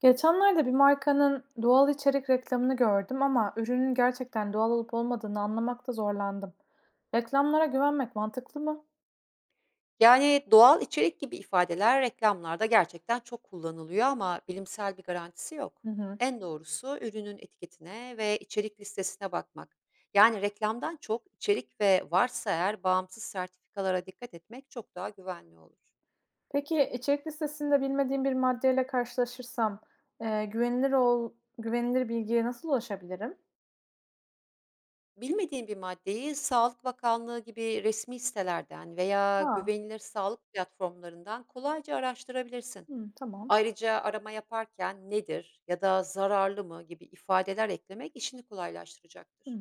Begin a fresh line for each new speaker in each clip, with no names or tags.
Geçenlerde bir markanın doğal içerik reklamını gördüm ama ürünün gerçekten doğal olup olmadığını anlamakta zorlandım. Reklamlara güvenmek mantıklı mı?
Yani, doğal içerik gibi ifadeler reklamlarda gerçekten çok kullanılıyor ama bilimsel bir garantisi yok.
Hı hı.
En doğrusu ürünün etiketine ve içerik listesine bakmak. Yani reklamdan çok içerik ve varsa eğer bağımsız sertifikalara dikkat etmek çok daha güvenli olur.
Peki içerik listesinde bilmediğim bir maddeyle karşılaşırsam e, güvenilir ol, güvenilir bilgiye nasıl ulaşabilirim?
Bilmediğin bir maddeyi Sağlık Bakanlığı gibi resmi sitelerden veya
Ha,
güvenilir sağlık platformlarından kolayca araştırabilirsin.
hı, tamam.
Ayrıca arama yaparken "Nedir?" ya da "Zararlı mı?" gibi ifadeler eklemek işini
Hı.
kolaylaştıracaktır.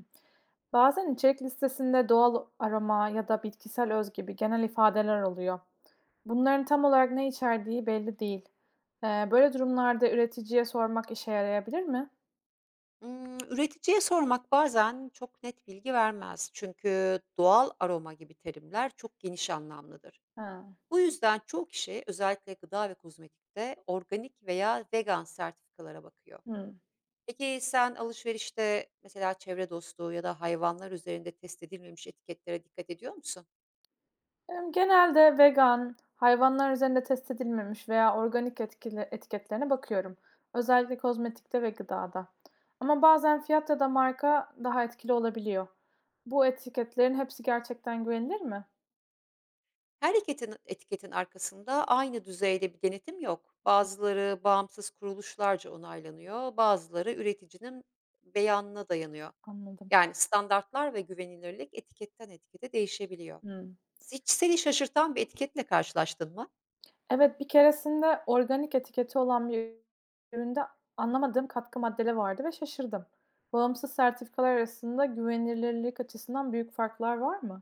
Bazen içerik listesinde doğal aroma ya da bitkisel öz gibi genel ifadeler oluyor. Bunların tam olarak ne içerdiği belli değil. Böyle durumlarda üreticiye sormak işe yarayabilir mi?
Üreticiye sormak bazen çok net bilgi vermez. Çünkü doğal aroma gibi terimler çok geniş anlamlıdır.
Ha,
Bu yüzden çoğu kişi özellikle gıda ve kozmetikte organik veya vegan sertifikalara bakıyor.
hımm.
Peki sen alışverişte mesela çevre dostu ya da hayvanlar üzerinde test edilmemiş etiketlere dikkat ediyor musun?
Genelde vegan, hayvanlar üzerinde test edilmemiş veya organik etkili etiketlerine bakıyorum. Özellikle kozmetikte ve gıdada. Ama bazen fiyat ya da marka daha etkili olabiliyor. Bu etiketlerin hepsi gerçekten güvenilir mi?
Her etiketin arkasında aynı düzeyde bir denetim yok. Bazıları bağımsız kuruluşlarca onaylanıyor, bazıları üreticinin beyanına dayanıyor.
Anladım.
Yani standartlar ve güvenilirlik etiketten etikete değişebiliyor.
Hıı.
Hiç seni şaşırtan bir etiketle karşılaştın mı?
Evet, bir keresinde organik etiketi olan bir üründe anlamadığım katkı maddeleri vardı ve şaşırdım. Bağımsız sertifikalar arasında güvenilirlik açısından büyük farklar var mı?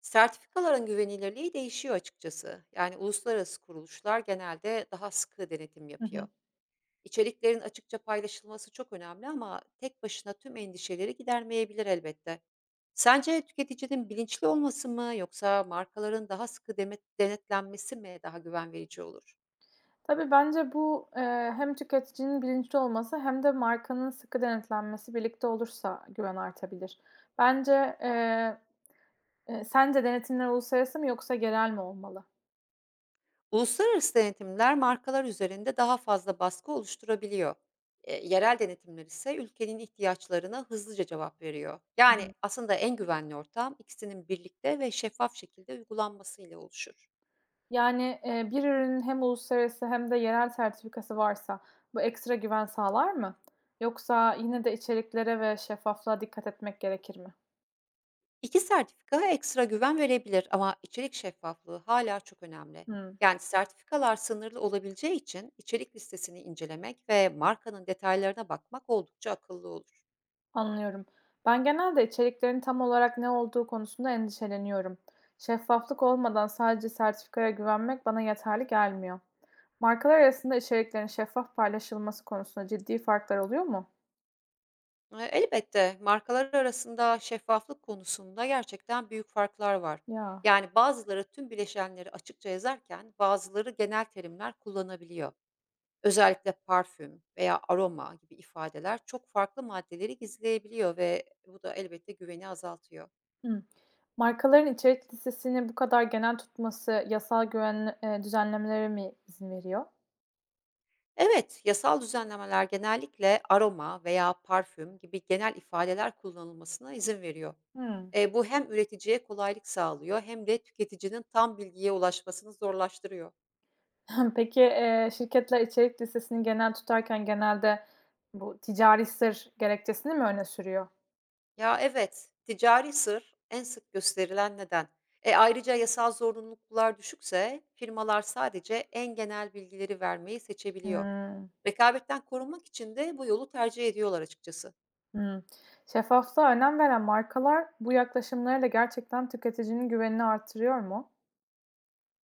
Sertifikaların güvenilirliği değişiyor açıkçası. Yani uluslararası kuruluşlar genelde daha sıkı denetim
Hı hı.
yapıyor. İçeriklerin açıkça paylaşılması çok önemli ama tek başına tüm endişeleri gidermeyebilir elbette. Sence tüketicinin bilinçli olması mı yoksa markaların daha sıkı demet denetlenmesi mi daha güven verici olur?
Tabii bence hem tüketicinin bilinçli olması hem de markanın sıkı denetlenmesi birlikte olursa güven artabilir. Bence e, Sence denetimler uluslararası mı yoksa yerel mi olmalı?
Uluslararası denetimler markalar üzerinde daha fazla baskı oluşturabiliyor. Yerel denetimler ise ülkenin ihtiyaçlarına hızlıca cevap veriyor.
Hı
Yani
hı.
aslında en güvenli ortam ikisinin birlikte ve şeffaf şekilde uygulanmasıyla oluşur.
Yani, bir ürünün hem uluslararası hem de yerel sertifikası varsa bu ekstra güven sağlar mı? Yoksa yine de içeriklere ve şeffaflığa dikkat etmek gerekir mi?
2 sertifika ekstra güven verebilir ama içerik şeffaflığı hala çok önemli.
Hımm,
Yani sertifikalar sınırlı olabileceği için içerik listesini incelemek ve markanın detaylarına bakmak oldukça akıllı olur.
anlıyorum. Ben genelde içeriklerin tam olarak ne olduğu konusunda endişeleniyorum. Şeffaflık olmadan sadece sertifikaya güvenmek bana yeterli gelmiyor. Markalar arasında içeriklerin şeffaf paylaşılması konusunda ciddi farklar oluyor mu?
Elbette markalar arasında şeffaflık konusunda gerçekten büyük farklar var.
Ya.
Yani bazıları tüm bileşenleri açıkça yazarken bazıları genel terimler kullanabiliyor. Özellikle parfüm veya aroma gibi ifadeler çok farklı maddeleri gizleyebiliyor ve bu da elbette güveni azaltıyor.
Hımm. Markaların içerik listesini bu kadar genel tutması yasal güven düzenlemelere mi izin veriyor?
Evet, yasal düzenlemeler genellikle aroma veya parfüm gibi genel ifadeler kullanılmasına izin veriyor.
Hımm.
Bu hem üreticiye kolaylık sağlıyor hem de tüketicinin tam bilgiye ulaşmasını zorlaştırıyor.
Peki, şirketler içerik listesini genel tutarken genelde bu ticari sır gerekçesini mi öne sürüyor?
Ya evet, ticari sır en sık gösterilen neden. Ayrıca yasal zorunluluklar düşükse firmalar sadece en genel bilgileri vermeyi seçebiliyor.
Hımm.
Rekabetten korunmak için de bu yolu tercih ediyorlar açıkçası.
Hımm. Şeffaflığa önem veren markalar bu yaklaşımlarıyla gerçekten tüketicinin güvenini artırıyor mu?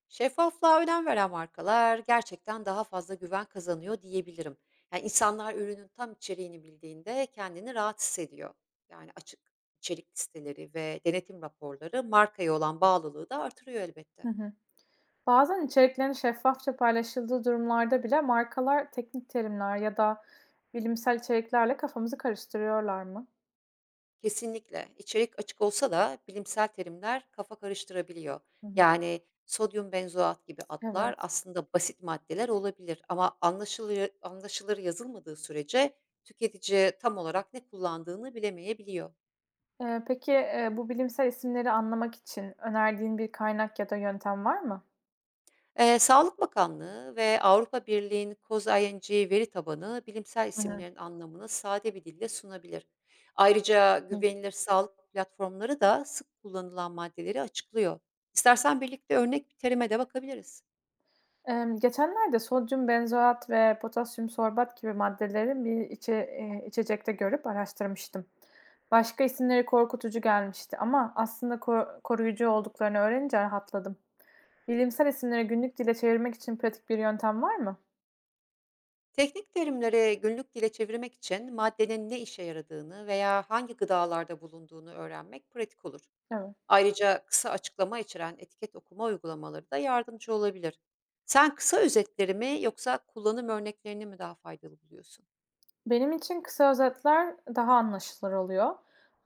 Şeffaflığa önem veren markalar gerçekten daha fazla güven kazanıyor diyebilirim. Yani insanlar ürünün tam içeriğini bildiğinde kendini rahat hissediyor. Yani açık içerik listeleri ve denetim raporları markaya olan bağlılığı da artırıyor
Hı
elbette.
hı. Bazen içeriklerin şeffafça paylaşıldığı durumlarda bile markalar teknik terimler ya da bilimsel içeriklerle kafamızı karıştırıyorlar mı?
Kesinlikle. İçerik açık olsa da bilimsel terimler kafa karıştırabiliyor.
Hı hı.
Yani sodyum benzoat gibi adlar
Evet.
aslında basit maddeler olabilir ama anlaşılır yazılmadığı sürece tüketici tam olarak ne kullandığını bilemeyebiliyor.
Peki, bu bilimsel isimleri anlamak için önerdiğin bir kaynak ya da yöntem var mı?
Sağlık Bakanlığı ve Avrupa Birliği'nin COSING veri tabanı bilimsel
Hı hı.
isimlerin anlamını sade bir dille sunabilir. Ayrıca
İlginç.
güvenilir sağlık platformları da sık kullanılan maddeleri açıklıyor. İstersen birlikte örnek bir terime de bakabiliriz.
Geçenlerde sodyum benzoat ve potasyum sorbat gibi maddeleri bir içe içecekte görüp araştırmıştım. Başka isimleri korkutucu gelmişti ama aslında koruyucu olduklarını öğrenince rahatladım. Bilimsel isimleri günlük dile çevirmek için pratik bir yöntem var mı?
Teknik terimleri günlük dile çevirmek için maddenin ne işe yaradığını veya hangi gıdalarda bulunduğunu öğrenmek pratik olur.
Evet.
Ayrıca kısa açıklama içeren etiket okuma uygulamaları da yardımcı olabilir. Sen kısa özetleri mi yoksa kullanım örneklerini mi daha faydalı buluyorsun?
Benim için kısa özetler daha anlaşılır oluyor.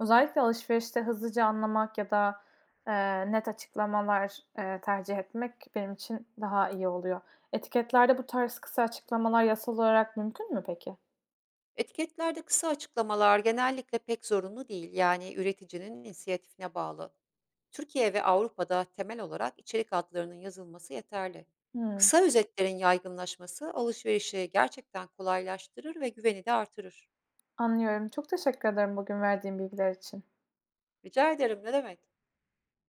Özellikle alışverişte hızlıca anlamak ya da net açıklamalar tercih etmek benim için daha iyi oluyor. Etiketlerde bu tarz kısa açıklamalar yasal olarak mümkün mü peki?
Etiketlerde kısa açıklamalar genellikle pek zorunlu değil. Yani üreticinin inisiyatifine bağlı. Türkiye ve Avrupa'da temel olarak içerik adlarının yazılması yeterli.
Hımm,
Kısa özetlerin yaygınlaşması alışverişi gerçekten kolaylaştırır ve güveni de artırır.
anlıyorum. Çok teşekkür ederim bugün verdiğin bilgiler için.
Rica ederim, ne demek.